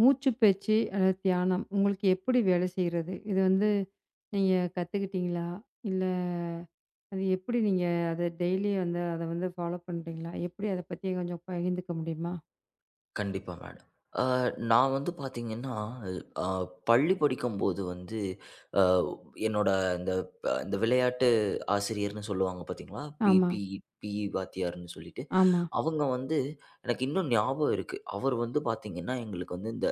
மூச்சு பேச்சு அல்லது தியானம் உங்களுக்கு எப்படி வேலை செய்கிறது? இது வந்து நீங்க கத்துக்கிட்டீங்களா? இல்ல அது எப்படி நீங்க அத டெய்லி வந்து அத வந்து ஃபாலோ பண்றீங்களா? எப்படி அத பத்தி கொஞ்சம் பகிர்ந்துக்க முடியுமா? கண்டிப்பா மேடம். அ நான் வந்து பார்த்தீங்கன்னா, அ பள்ளி படிக்கும்போது வந்து அ என்னோட இந்த இந்த விளையாட்டு ஆசிரியர்ன்னு சொல்லுவாங்க பார்த்தீங்களா? பி ஆமா, பி பிஇ வாத்தியார்ன்னு சொல்லிட்டு, ஆமா, அவங்க வந்து எனக்கு இன்னும் ஞாபகம் இருக்கு. அவர் வந்து பார்த்தீங்கன்னா, எங்களுக்கு வந்து இந்த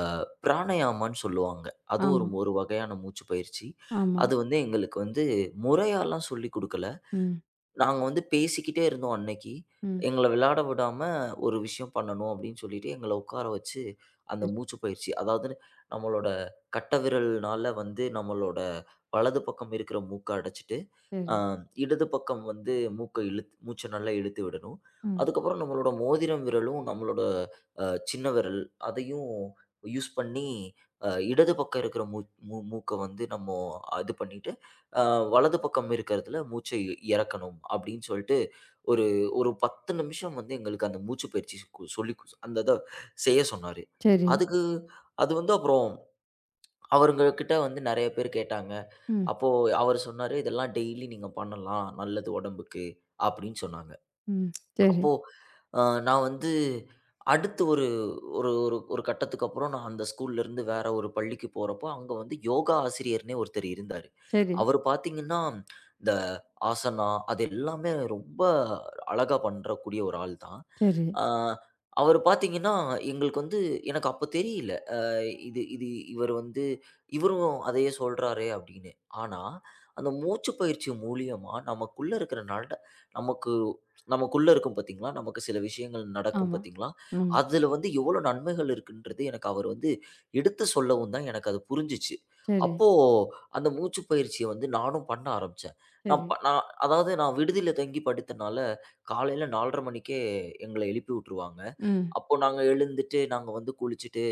அ பிராணயாமான்னு சொல்லுவாங்க. அதுவும் ஆமா, ஒரு ஒரு வகையான மூச்சு பயிற்சி. ஆமா. அது வந்து எங்களுக்கு வந்து முறையாலாம் சொல்லிக் குடுக்கல. ம், நாங்க வந்து பேசிக்கிட்டே இருந்தோம் அன்னைக்கு. ம். எங்கள விளையாட விடாம ஒரு விஷயம் பண்ணணும் அப்படின்னு சொல்லிட்டு எங்கள உட்கார வச்சு, அந்த சரி, மூச்சு பயிற்சி அதாவது நம்மளோட கட்டைவிரல்னால வந்து நம்மளோட வலது பக்கம் இருக்கிற மூக்க அடைச்சிட்டு, அ சரி. இடது பக்கம் வந்து மூக்க மூச்ச நல்லா இழுத்து விடணும். ம். அதுக்கப்புறம் நம்மளோட மோதிரம் விரலும், நம்மளோட அ சின்ன விரல் அதையும் யூஸ் பண்ணி, இடது பக்கம் இருக்கிற மூ மூ மூக்க வந்து நம்ம இது பண்ணிட்டு அ வலது பக்கம் இருக்கிறதுல மூச்சை இறக்கணும் அப்படின்னு சொல்லிட்டு, ஒரு ஒரு 10 நிமிஷம் வந்து எங்களுக்கு அந்த மூச்சு பயிற்சி அந்த இத செய்ய சொன்னாரு. சரி. அதுக்கு அது வந்து அப்புறம் அவருங்க கிட்ட வந்து நெறைய பேர் கேட்டாங்க. ம், அப்போ அவரு சொன்னாரு, "இதெல்லாம் டெய்லி நீங்க பண்ணலாம். நல்லது உடம்புக்கு" அப்படின்னு சொன்னாங்க. ம். சரி, அப்போ அ நான் வந்து அடுத்து ஒரு ஒரு ஒரு ஒரு கட்டத்துக்கு அப்புறம் நான் அந்த ஸ்கூல்லேருந்து வேற ஒரு பள்ளிக்கு போறப்போ, அங்க வந்து யோகா ஆசிரியர்னே ஒருத்தர் இருந்தாரு. சரி, அவரு பார்த்தீங்கன்னா, இந்த ஆசனா அது எல்லாமே ரொம்ப அழகா பண்றக்கூடிய ஒரு ஆள் தான். சரி. அ அவரு பார்த்தீங்கன்னா, எங்களுக்கு வந்து எனக்கு அப்ப தெரியல. இது இது இவரு வந்து இவரும் அதையே சொல்றாரே அப்படின்னு. ஆனா, அந்த மூச்சு பயிற்சி மூலியமா நமக்குள்ள இருக்கிற நமக்கு நமக்குள்ள இருக்கும் பார்த்தீங்களா? நமக்கு சில விஷயங்கள் நடக்கும் ஆமா, பார்த்தீங்களா? ஆமா. அதில வந்து எவ்வளோ நன்மைகள் இருக்குன்றது எனக்கு அவர் வந்து எடுத்து சொல்லவும் தான் எனக்கு அது புரிஞ்சுச்சு. சரி, அப்போ அந்த மூச்சு பயிற்சிய வந்து நானும் பண்ண ஆரம்பிச்சேன். நான் சரி. ப நான் அதாவது நான் விடுதியில தங்கி படித்தனால, காலையில 4:30 மணிக்கே எங்கள எழுப்பி விட்டுருவாங்க. ம், அப்போ நாங்க எழுந்துட்டு, நாங்க வந்து குளிச்சுட்டு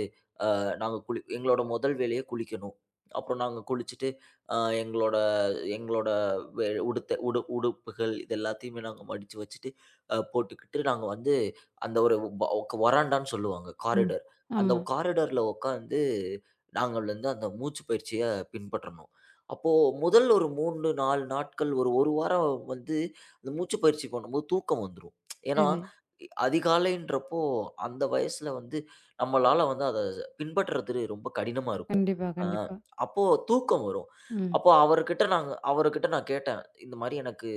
நாங்க குளி எங்களோட முதல் வேலையே குளிக்கணும். அப்புறம் நாங்க குளிச்சுட்டு, அ எங்களோட எங்களோட வெ உடுத்த உடு உடுப்புகள் இது எல்லாத்தையுமே நாங்க மடிச்சு வச்சுட்டு, போட்டுக்கிட்டு நாங்க வந்து அந்த ஒரு வராண்டான்னு சொல்லுவாங்க. ம். காரிடர். அந்த ஆமா. காரிடர்ல உட்காந்து நாங்கள் வந்து அந்த மூச்சு பயிற்சிய பின்பற்றணும். அப்போ முதல் ஒரு 3, 4 நாட்கள் ஒரு 1 வாரம் வந்து அந்த மூச்சு பயிற்சி பண்ணும்போது தூக்கம் வந்துரும். ஏன்னா, சரி. அதிகாலைன்றப்போ அந்த வயசுல வந்து நம்மளால வந்து அத பின்பற்றது ரொம்ப கடினமா இருக்கும். கண்டிப்பா, அ கண்டிப்பா. அப்போ தூக்கம் வரும். ம், அப்போ அவர்கிட்ட நான் கேட்டேன். இந்த மாரி எனக்கு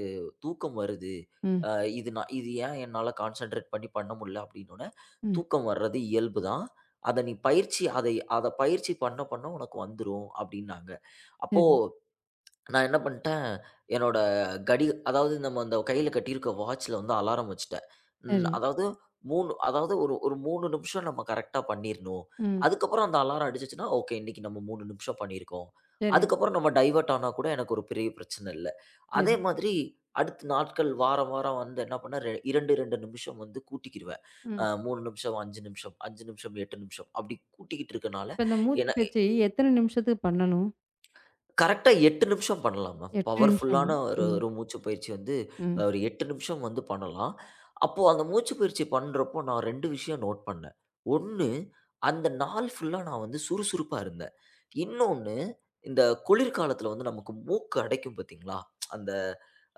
தூக்கம் வருது. ம், அ இது நான் இது ஏன் என்னால கான்சன்ட்ரேட் பண்ண முடியல அப்படின்னோனே, ம். தூக்கம் வர்றது இயல்பு தான். அத பயிற்சி பண்ண பண்ண உனக்கு வந்துரும் அப்படின்னாங்க. அப்போ சரி, நான் என்ன பண்ணிட்டேன், என்னோட அதாவது நம்ம அந்த கையில கட்டியிருக்க வாட்ச்ல வந்து அலாரம் வச்சுட்டேன். சரி. அதாவது 3 அதாவது ஒரு ஒரு 3 நிமிஷம் நம்ம கரெக்ட்டா பண்ணிரணும். ம். அதுக்கப்புறம் அந்த அலாரம் அடிச்சுச்சுன்னா, ஓகே இன்னைக்கு நம்ம 3 நிமிஷம் பண்ணியிருக்கோம். சரி, அதுக்கப்புறம் நம்ம டைவர்ட் ஆனா கூட எனக்கு ஒரு பெரிய பிரச்சனை இல்ல. சரி. அதே மாதிரி அடுத்த நாட்கள் வாரம் வந்து என்ன பண்ணேன், 2 நிமிஷம் வந்து கூட்டிக்கிருவேன். ம். 3 நிமிஷம், 5 நிமிஷம், 8 நிமிஷம் அப்படி கூட்டிக்கிட்டு இருக்கனால, இப்ப இந்த மூச்சு என்ன பயிற்சி எத்தன நிமிஷத்துக்கு பண்ணணும்? கரெக்ட்டா 8 நிமிஷம் பண்ணலாம் மேம். 8 நிமிஷமா? பவர்ஃபுல்லான ஒரு ம். ஒரு மூச்சு பயிற்சி வந்து ம். ஒரு 8 நிமிஷம் வந்து பண்ணலாம். அப்போ அந்த மூச்சு பயிற்சி பண்றப்போ நான் 2 விஷயம் நோட் பண்ணேன். 1, அந்த நாள் ஃபுல்லா நான் வந்து சுறுசுறுப்பா இருந்தேன். இன்னொன்னு, இந்த குளிர்காலத்துல வந்து நமக்கு மூக்கு அடைக்கும் பார்த்தீங்களா? அந்த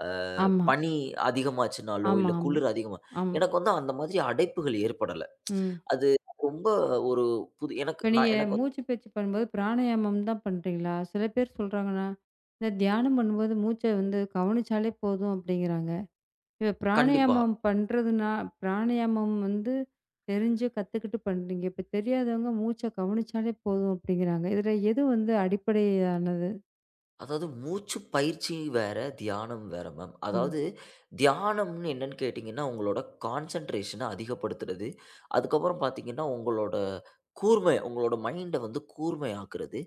அ ஆமா. பனி அதிகமாச்சுனாலோ, ஆமா, இல்ல ஆமா, குளிர் அதிகமா ஆமா. எனக்கு வந்து அந்த மாதிரி அடைப்புகள் ஏற்படல. ம். அது ரொம்ப ஒரு புது இப்ப நீங்க எனக்கு வந்து- மூச்சு பயிற்சி பண்ணும்போது பிராணாயாமம் தான் பண்றீங்களா? சில பேர் சொல்றாங்கன்னா, இந்த தியானம் பண்ணும்போது மூச்ச வந்து கவனிச்சாலே போதும் அப்படிங்கிறாங்க. இப்ப கண்டிப்பா. பிராணாயாமம் பண்றதுனா பிராணாயாமம் வந்து தெரிஞ்சு கத்துக்கிட்டு பண்றீங்க. இப்ப தெரியாதவங்க மூச்ச கவனிச்சாலே போதும் அப்படிங்கிறாங்க. இதுல எது வந்து அடிப்படையானது? அதாவது மூச்சு பயிற்சி வேற, தியானம் வேற மேம். ம். அதாவது தியானம்னு என்னன்னு கேட்டீங்கன்னா, உங்களோட கான்சன்ட்ரேஷன அதிகப்படுத்துறது. அதுக்கப்புறம் பார்த்தீங்கன்னா, உங்களோட உங்களோட மைண்ட வந்து கூர்மையாக்குறது.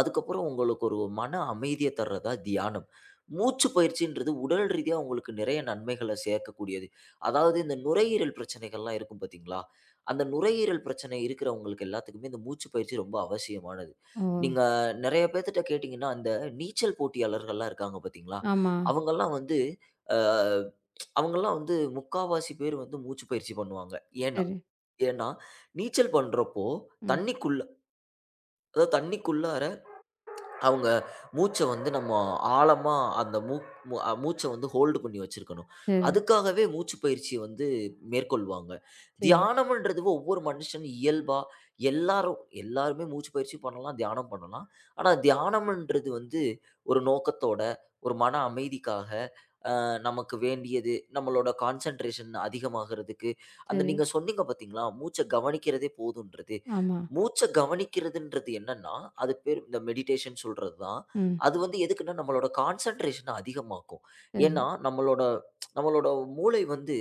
அதுக்கப்புறம் உங்களுக்கு ஒரு மன அமைதிய தர்றதா தியானம். மூச்சு பயிற்சின்றது உடல் ரீதியா உங்களுக்கு நிறைய நன்மைகள சேர்க்கக்கூடியது. அதாவது இந்த நுரையீரல் பிரச்சனைகள்லாம் இருக்கும் பார்த்தீங்களா? அந்த நுரையீரல் பிரச்சனை இருக்கிறவங்களுக்கு எல்லாத்துக்குமே இந்த மூச்சு பயிற்சி ரொம்ப அவசியமானது. ஓ! நீங்க நெறைய பேத்துட்ட கேட்டீங்கன்னா, அந்த நீச்சல் போட்டியாளர்கள்லாம் இருக்காங்க பார்த்தீங்களா? ஆமா. அவங்கலாம் வந்து அ அவங்கலாம் வந்து முக்காவாசி பேர் வந்து மூச்சு பயிற்சி பண்ணுவாங்க. ஏன்னா சரி. ஏன்னா, நீச்சல் பண்றப்போ ம். தண்ணிக்குள்ள அதாவது தண்ணிக்குள்ள அவங்க மூச்ச வந்து நம்ம ஆழமா அந்த மூக் மூ அ மூச்ச வந்து ஹோல்டு பண்ணி வச்சிருக்கணும். சரி, அதுக்காகவே மூச்சு பயிற்சிய வந்து மேற்கொள்வாங்க. சரி, தியானம்ன்றது ஒவ்வொரு மனுஷன் இயல்பா எல்லாருமே மூச்சு பயிற்சி பண்ணலாம், தியானம் பண்ணலாம். ஆனா தியானம்ன்றது வந்து ஒரு நோக்கத்தோட, ஒரு மன அமைதிக்காக நமக்கு வேண்டியது, நம்மளோட கான்சன்ட்ரேஷன் அதிகமாகறதுக்கு, அந்த சரி. நீங்க சொன்னீங்க பார்த்தீங்களா? மூச்ச கவனிக்கிறதே போதுன்றது. ஆமா. மூச்ச கவனிக்கிறதுன்றது என்னன்னா, அது பேர் இந்த மெடிடேஷன் சொல்றது தான். ம். அது வந்து எதுக்குன்னா, நம்மளோட கான்சன்ட்ரேஷன அதிகமாக்கும். சரி. ஏன்னா, நம்மளோட நம்மளோட மூளை வந்து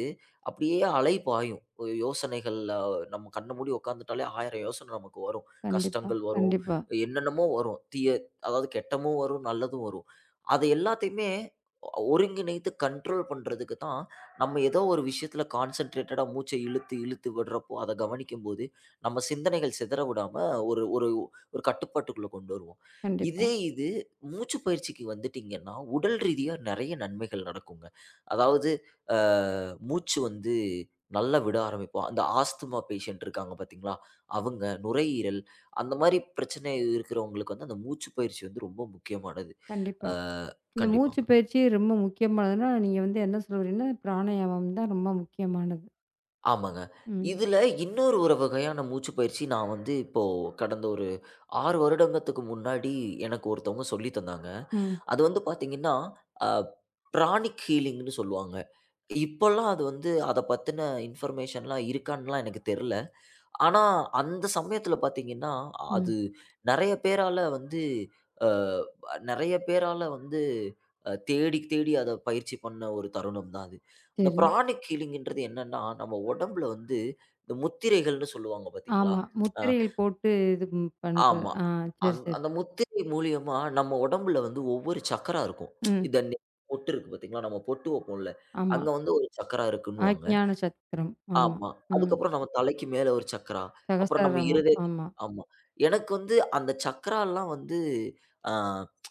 அப்படியே அலைபாயும். ஒரு யோசனைகள்ல நம்ம கண்ண மூடி உட்காந்துட்டாலே 1000 யோசனை நமக்கு வரும். கண்டிப்பா, கஷ்டங்கள் வரும், கண்டிப்பா, என்னென்னமோ வரும். அதாவது கெட்டமும் வரும், நல்லதும் வரும். அது எல்லாத்தையுமே ஒருங்கிணைத்து கண்ட்ரோல் பண்றதுக்கு தான், நம்ம ஏதோ ஒரு விஷயத்துல கான்சன்ட்ரேட்டடா மூச்ச இழுத்து, இழுத்து விடுறப்போ, அத கவனிக்கும்போது, நம்ம சிந்தனைகள் சிதற விடாம ஒரு ஒரு ஒரு கட்டுப்பாட்டுக்குள்ள கொண்டு வருவோம். கண்டிப்பா, இதே இது மூச்சு பயிற்சிக்கு வந்துட்டீங்கன்னா, உடல் ரீதியா நெறைய நன்மைகள் நடக்குங்க. அதாவது அ மூச்சு வந்து நல்லா விட ஆரம்பிப்போம். அந்த ஆஸ்துமா பேஷண்ட் இருக்காங்க பார்த்தீங்களா? அவங்க, நுரையீரல் அந்த மாரி பிரச்சனை இருக்கிறவங்களுக்கு வந்து அந்த மூச்சு பயிற்சி வந்து ரொம்ப முக்கியமானது. கண்டிப்பா. அ இந்த மூச்சு கண்டிப்பாங்க. பயிற்சி ரொம்ப முக்கியமானதுன்னா, நீங்க வந்து என்ன சொல்றீங்கன்னா, பிராணாயாமம் தான் ரொம்ப முக்கியமானது. ஆமாங்க. ம், இதுல இன்னொரு ஒரு வகையான மூச்சு பயிற்சி நான் வந்து இப்போ கடந்த ஒரு 6 வருடங்கத்துக்கு முன்னாடி எனக்கு ஒருத்தவங்க சொல்லி தந்தாங்க. ம், அது வந்து பார்த்தீங்கன்னா, அ பிராணிக் ஹீலிங்ன்னு சொல்லுவாங்க. இப்போலாம் அது வந்து அத பத்தின இன்ஃபர்மேஷன்லாம் இருக்கான்லாம் எனக்கு தெர்ல. ஆனா, அந்த சமயத்துல பாத்தீங்கன்னா, ம். அது நெறைய பேரால வந்து அ நெறைய பேரால வந்து தேடி, தேடி அத பயிற்சி பண்ண ஒரு தருணம் தான் அது. இந்த சரி. பிராணிக் ஹீலிங்ன்றது என்னன்னா, நம்ம உடம்புல வந்து இந்த முத்திரைகள்னு சொல்லுவாங்க பாத்தீங்களா? ஆமா. அ முத்திரைகள் போட்டு இது ம் பண்றது. ஆமா. ஆ சரி, சரி. அந்த முத்திரை மூலியமா நம்ம உடம்புல வந்து ஒவ்வொரு சக்கரா இருக்கும். ம். இந்த பொட்டு இருக்கு பாத்தீங்களா? நம்ம பொட்டு வைப்போம்ல. ஆமா. அங்க வந்து ஒரு சக்கரா இருக்குன்னுவாங்க. ஆக்ஞான சக்கரம். ஆமா. ஆமா. ம். அதுக்கப்புறம் நம்ம தலைக்கு மேல ஒரு சக்ரா. அப்புறம் நம்ம சகஸ்ரநாமம். இருதயத்து ஆமா. ஆமா. எனக்கு வந்து அந்த சக்ரால்லாம் வந்து, ஆ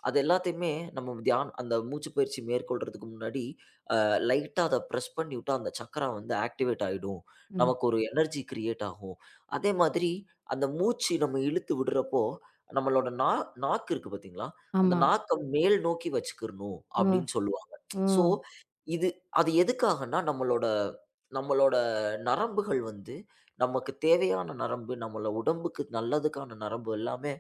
அது எல்லாத்தையுமே நம்ம அந்த மூச்சுப் பயிற்சி மேற்கொள்றதுக்கு முன்னாடி லைட்டா அத பிரஸ் பண்ணி விட்டா, அந்த சக்கரம் வந்து ஆக்டிவேட் ஆயிடும். ம். நமக்கு ஒரு எனர்ஜி கிரியேட் ஆகும். அதே மாதிரி அந்த மூச்சு நம்ம இழுத்து விடுறப்போ, நம்மளோட நாக்கு இருக்கு பார்த்தீங்களா? அந்த ஆமா. நாக்க மேல் நோக்கி வச்சுக்கிறணும் ஓ! அப்படின்னு சொல்லுவாங்க. ஓ! ஸோ, இது அது எதுக்காகன்னா, நம்மளோட நம்மளோட நரம்புகள் வந்து நமக்கு தேவையான நரம்பு, நம்மள உடம்புக்கு நல்லதுக்கான நரம்பு எல்லாமே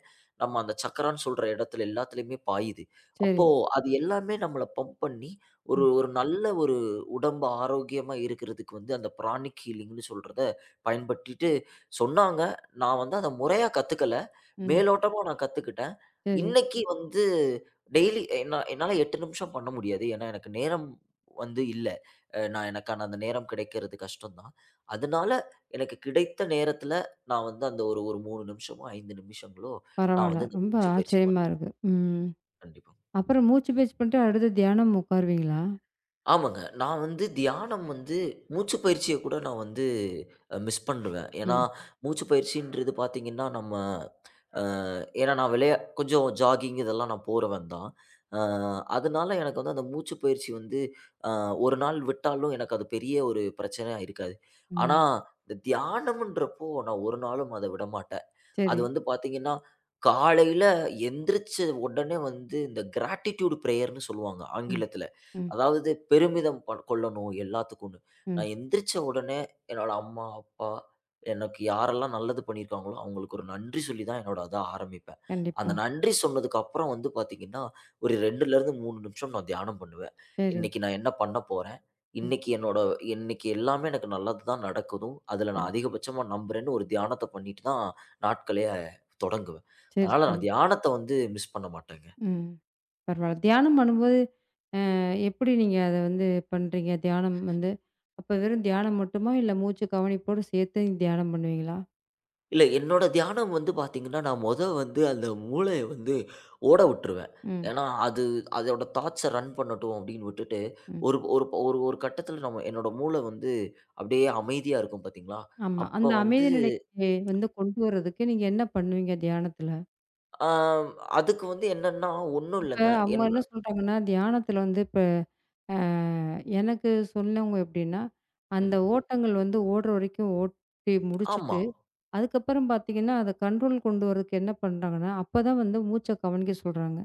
நம்ம அந்த சக்கரான்னு சொல்ற இடத்துல எல்லாத்துலயுமே பாயுது. சரி. அப்போ அது எல்லாமே நம்மள பம்ப் பண்ணி ஒரு ம், ஒரு நல்ல ஒரு உடம்பு ஆரோக்கியமா இருக்கிறதுக்கு வந்து அந்த பிராணிக் ஹீலிங்ன்னு சொல்றத பயன்படுத்திட்டு சொன்னாங்க. நான் வந்து அத முறையா கத்துக்கல. ம். மேலோட்டமா நான் கத்துக்கிட்டேன். சரி. இன்னைக்கு வந்து டெய்லி என்னால 8 நிமிஷம் பண்ண முடியாது. ஏன்னா, எனக்கு நேரம் வந்து இல்ல. நான் எனக்கான அந்த நேரம் கிடைக்கிறது கஷ்டம் தான். அதனால எனக்கு கிடைத்த நேரத்துல நான் வந்து அந்த ஒரு ஒரு 3 நிமிஷமோ, 5 நிமிஷங்களோ நான் பரவால்ல. வந்து இந்த ரொம்ப மூச்சுப் பயிற்சி ஆச்சரியமா பண்றேன். இருக்கு. ம். கண்டிப்பா. அப்புறம் மூச்சு பயிற்சி பண்ணிட்டு அடுத்து தியானம் உட்காருவீங்களா? ஆமாங்க. நான் வந்து தியானம் வந்து மூச்சு பயிற்சிய கூட நான் வந்து மிஸ் பண்ணுவேன். ஏன்னா, ம், மூச்சு பயிற்சின்றது பார்த்தீங்கன்னா, நம்ம அ ஏன்னா நான் கொஞ்சம் ஜாகிங் இதெல்லாம் நான் போறவன் தான். அ அதனால எனக்கு வந்து அந்த மூச்சு பயிற்சி வந்து அ 1 நாள் விட்டாலும் எனக்கு அது பெரிய ஒரு பிரச்சனையா இருக்காது. ஆனா, ம். இந்த தியானம்ன்றப்போ நான் ஒரு நாளும் அத விடமாட்டேன். அது சரி. வந்து பார்த்தீங்கன்னா, காலையில எந்திரிச்ச உடனே வந்து இந்த கிராட்டிட்யூட் பிரேயர்ன்னு சொல்லுவாங்க ம், ஆங்கிலத்தில. ம், அதாவது பெருமிதம் கொள்ளணும் எல்லாத்துக்கும்னு. ம். நான் எந்திரிச்ச உடனே என்னோட அம்மா, அப்பா எனக்கு யாரெல்லாம் நல்லது பண்ணியிருக்காங்களோ, அவங்களுக்கு ஒரு நன்றி சொல்லி தான் என்னோட இத ஆரம்பிப்பேன். கண்டிப்பா. அந்த நன்றி சொன்னதுக்கு அப்புறம் வந்து பார்த்தீங்கன்னா, ஒரு 2லருந்து 3 நிமிஷம் நான் தியானம் பண்ணுவேன். சரி. இன்னைக்கு நான் என்ன பண்ண போறேன்? ம். இன்னைக்கு என்னோட இன்னைக்கு எல்லாமே எனக்கு நல்லது தான் நடக்குதும். அதில சரி. நான் அதிகபட்சமா நம்புறேன்னு ஒரு தியானத்த பண்ணிட்டு தான் நாட்களே தொடங்குவேன். சரி, அதனால சரி. நான் தியானத்த வந்து மிஸ் பண்ண மாட்டேங்க. ம். பரவால்ல. தியானம் பண்ணும்போது அ எப்படி நீங்க அத வந்து பண்றீங்க? தியானம் வந்து அப்ப வெறும் தியானம் மட்டுமா? இல்ல மூச்சு கவனிப்போடு சேர்த்து நீங்க தியானம் பண்ணுவீங்களா? இல்ல என்னோட தியானம் வந்து பார்த்தீங்கன்னா, நான் மொத வந்து அந்த மூளைய வந்து ஓட விட்டுருவேன். ம், ஏன்னா, அது அதோட தாட்ஸ ரன் பண்ணட்டும் அப்படின்னு விட்டுட்டு, ம். ஒரு ஒரு ஒரு ஒரு கட்டத்தில என்னோட மூளை வந்து அப்படியே அமைதியா இருக்கும் பார்த்தீங்களா, ஆமா. அப்ப அந்த வந்து அமைதி நிலைக்கு வந்து கொண்டு வரதுக்கு நீங்க என்ன பண்ணுவீங்க தியானத்துல? ஆ அதுக்கு வந்து என்னன்னா ஒண்ணும் இப்ப இல்லங்க. அவங்க என் என்ன சொல்றாங்கன்னா, தியானத்துல வந்து இப்ப அ எனக்கு சொன்னவங்க எப்படின்னா, அந்த ம். ஓட்டங்கள் வந்து ஓடுற வரைக்கும் ஓட்டி ஆமா. முடிச்சுட்டு, அதுக்கப்புறம் பார்த்தீங்கன்னா, அத கண்ட்ரோல் கொண்டு வரதுக்கு என்ன பண்றாங்கன்னா, அப்பதான் வந்து மூச்ச கவனிக்க சொல்றாங்க.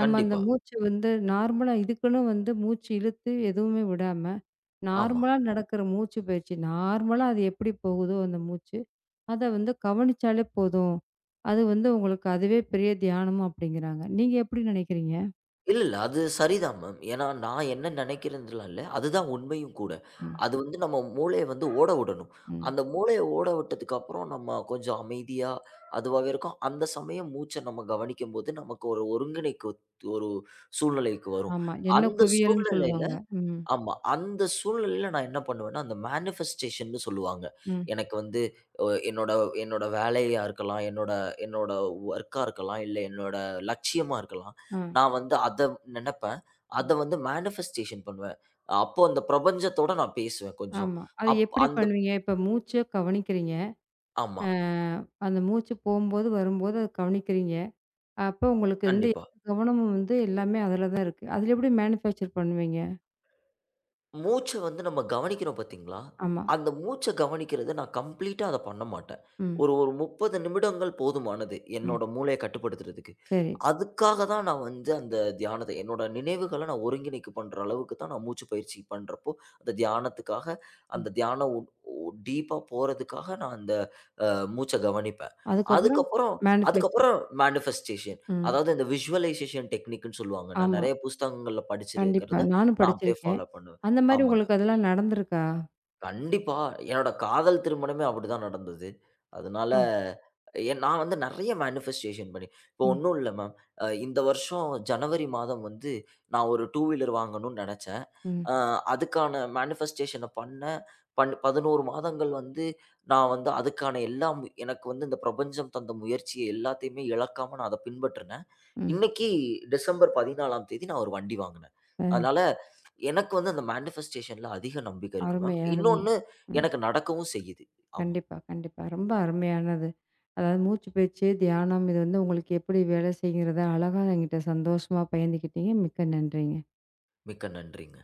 நம்ம அந்த கண்டிப்பா. மூச்ச வந்து நார்மலா இதுக்குன்னு வந்து மூச்சு இழுத்து எதுவுமே விடாம, ஆமா. நார்மலா நடக்கிற மூச்சு பயிற்சி. நார்மலா அது எப்படி போகுதோ அந்த மூச்சு, அத வந்து கவனிச்சாலே போதும். அது வந்து உங்களுக்கு அதுவே பெரிய தியானமும் அப்படிங்கிறாங்க. நீங்க எப்படி நினைக்கிறீங்க? இல்ல, இல்ல. அது சரிதான் மேம். ஏன்னா, நான் என்ன நினைக்கிறேன்றலாம் இல்ல. அதுதான் உண்மையும் கூட. ம், அது வந்து நம்ம மூளைய வந்து ஓட விடணும். ம். அந்த மூளைய ஓட விட்டதுக்கப்புறம் நம்ம கொஞ்சம் அமைதியா அதுவாவே இருக்கும். அந்த சமயம் மூச்ச நம்ம கவனிக்கும்போது, நமக்கு ஒரு ஒருங்கிணைக்கு ஒரு சூழ்நிலைக்கு வரும். ஆமா. எண்ண அந்த குவியல்ன்னு சூழ்நிலையில சொல்லுவாங்க. ம். ஆமா. அந்த சூழ்நிலையில நான் என்ன பண்ணுவேன்னா, அந்த மேனிஃபெஸ்டேஷன்னு சொல்லுவாங்க. ம். எனக்கு வந்து என்னோட என்னோட வேலையா இருக்கலாம், என்னோட என்னோட ஒர்க்கா இருக்கலாம், இல்ல என்னோட லட்சியமா இருக்கலாம். ஆ. நான் வந்து அத நெனப்பேன். ம். அத வந்து மேனிஃபெஸ்டேஷன் பண்ணுவேன். அப்போ அந்த பிரபஞ்சத்தோட நான் பேசுவேன் கொஞ்சம். ஆமா. அது அப் எப்படி அந்த பண்ணுவீங்க? இப்ப மூச்ச கவனிக்கிறீங்க. ஆமா. அ அந்த மூச்சு போம்போது, வரும்போது அத கவனிக்கிறீங்க. அப்ப உங்களுக்கு வந்து எல்லா கண்டிப்பா. கவனமும் வந்து எல்லாமே அதுல தான் இருக்கு. அதுல எப்படி மேனுஃபேக்சர் பண்ணுவீங்க? மூச்ச வந்து நம்ம கவனிக்கிறோம் பார்த்தீங்களா? ஆமா. அந்த மூச்ச கவனிக்கிறத நான் கம்ப்ளீட்டா அத பண்ண மாட்டேன். ம். ஒரு ஒரு 30 நிமிடங்கள் போதுமானது. ம். என்னோட மூளைய கட்டுப்படுத்துறதுக்கு. சரி. அதுக்காக தான் நான் வந்து அந்த தியானத்த என்னோட நினைவுகள நான் ஒருங்கிணைப்பு பண்ற அளவுக்கு தான் நான் மூச்சு பயிற்சி பண்றப்போ, அந்த தியானத்துக்காக ம். அந்த தியான டீப்பா போறதுக்காக நான் அந்த அ மூச்ச கவனிப்பேன். அதுக்கப்புறம் அதுக்கப்புறம் மேனுஃபேக்சர். அதுக்கப்புறம் மேனிஃபெஸ்டேஷன் ம். அதாவது இந்த விசுவலைசேஷன் டெக்னிக்ன்னு சொல்லுவாங்க. நான் ஆமா. நெறைய புஸ்தகங்கள்ல கண்டிப்பா. படிச்சிருக்கிறத நானும் நான் அப்படியே படிச்சிருக்கேன். ஃபாலோ பண்ணுவேன். அந்த மாரி ஆமாங்க. உங்களுக்கு அதெல்லாம் நடந்திருக்கா? கண்டிப்பா. என்னோட காதல் திருமணமே அப்படிதான் நடந்தது. அதனால ம். நான் வந்து நெறைய மேனிஃபெஸ்டேஷன் பண்ணி இப்போ ம். ஒண்ணும் இல்ல மேம். இந்த வருஷம் ஜனவரி மாதம் வந்து நான் ஒரு 2 வீலர் வாங்கணும்னு நெனச்சேன். ம். அ அதுக்கான மேனிஃபெஸ்டேஷன பண்ணேன். 11 மாதங்கள் வந்து நான் வந்து அதுக்கான எல்லா எனக்கு வந்து இந்த பிரபஞ்சம் தந்த முயற்சிய எல்லாத்தையுமே இழக்காம நான் அத பின்பற்றினேன். ம். இன்னைக்கு டிசம்பர் 14ஆம் தேதி நான் ஒரு வண்டி வாங்குனேன். அ அதனால எனக்கு வந்து அந்த மேனிஃபெஸ்டேஷன்ல அதிக நம்பிக்கை இருக்கு அருமை, மேம். அருமை. இன்னொன்னு ம். எனக்கு நடக்கவும் செய்யுது. ஆமா. கண்டிப்பா, கண்டிப்பா. ரொம்ப அருமையானது. அதாவது மூச்சு பேச்சு, தியானம் இது வந்து உங்களுக்கு எப்படி வேலை செய்கிறத அழகா என்கிட்ட சந்தோஷமா பகிர்ந்துக்கிட்டீங்க. மிக்க நன்றிங்க. மிக்க நன்றிங்க.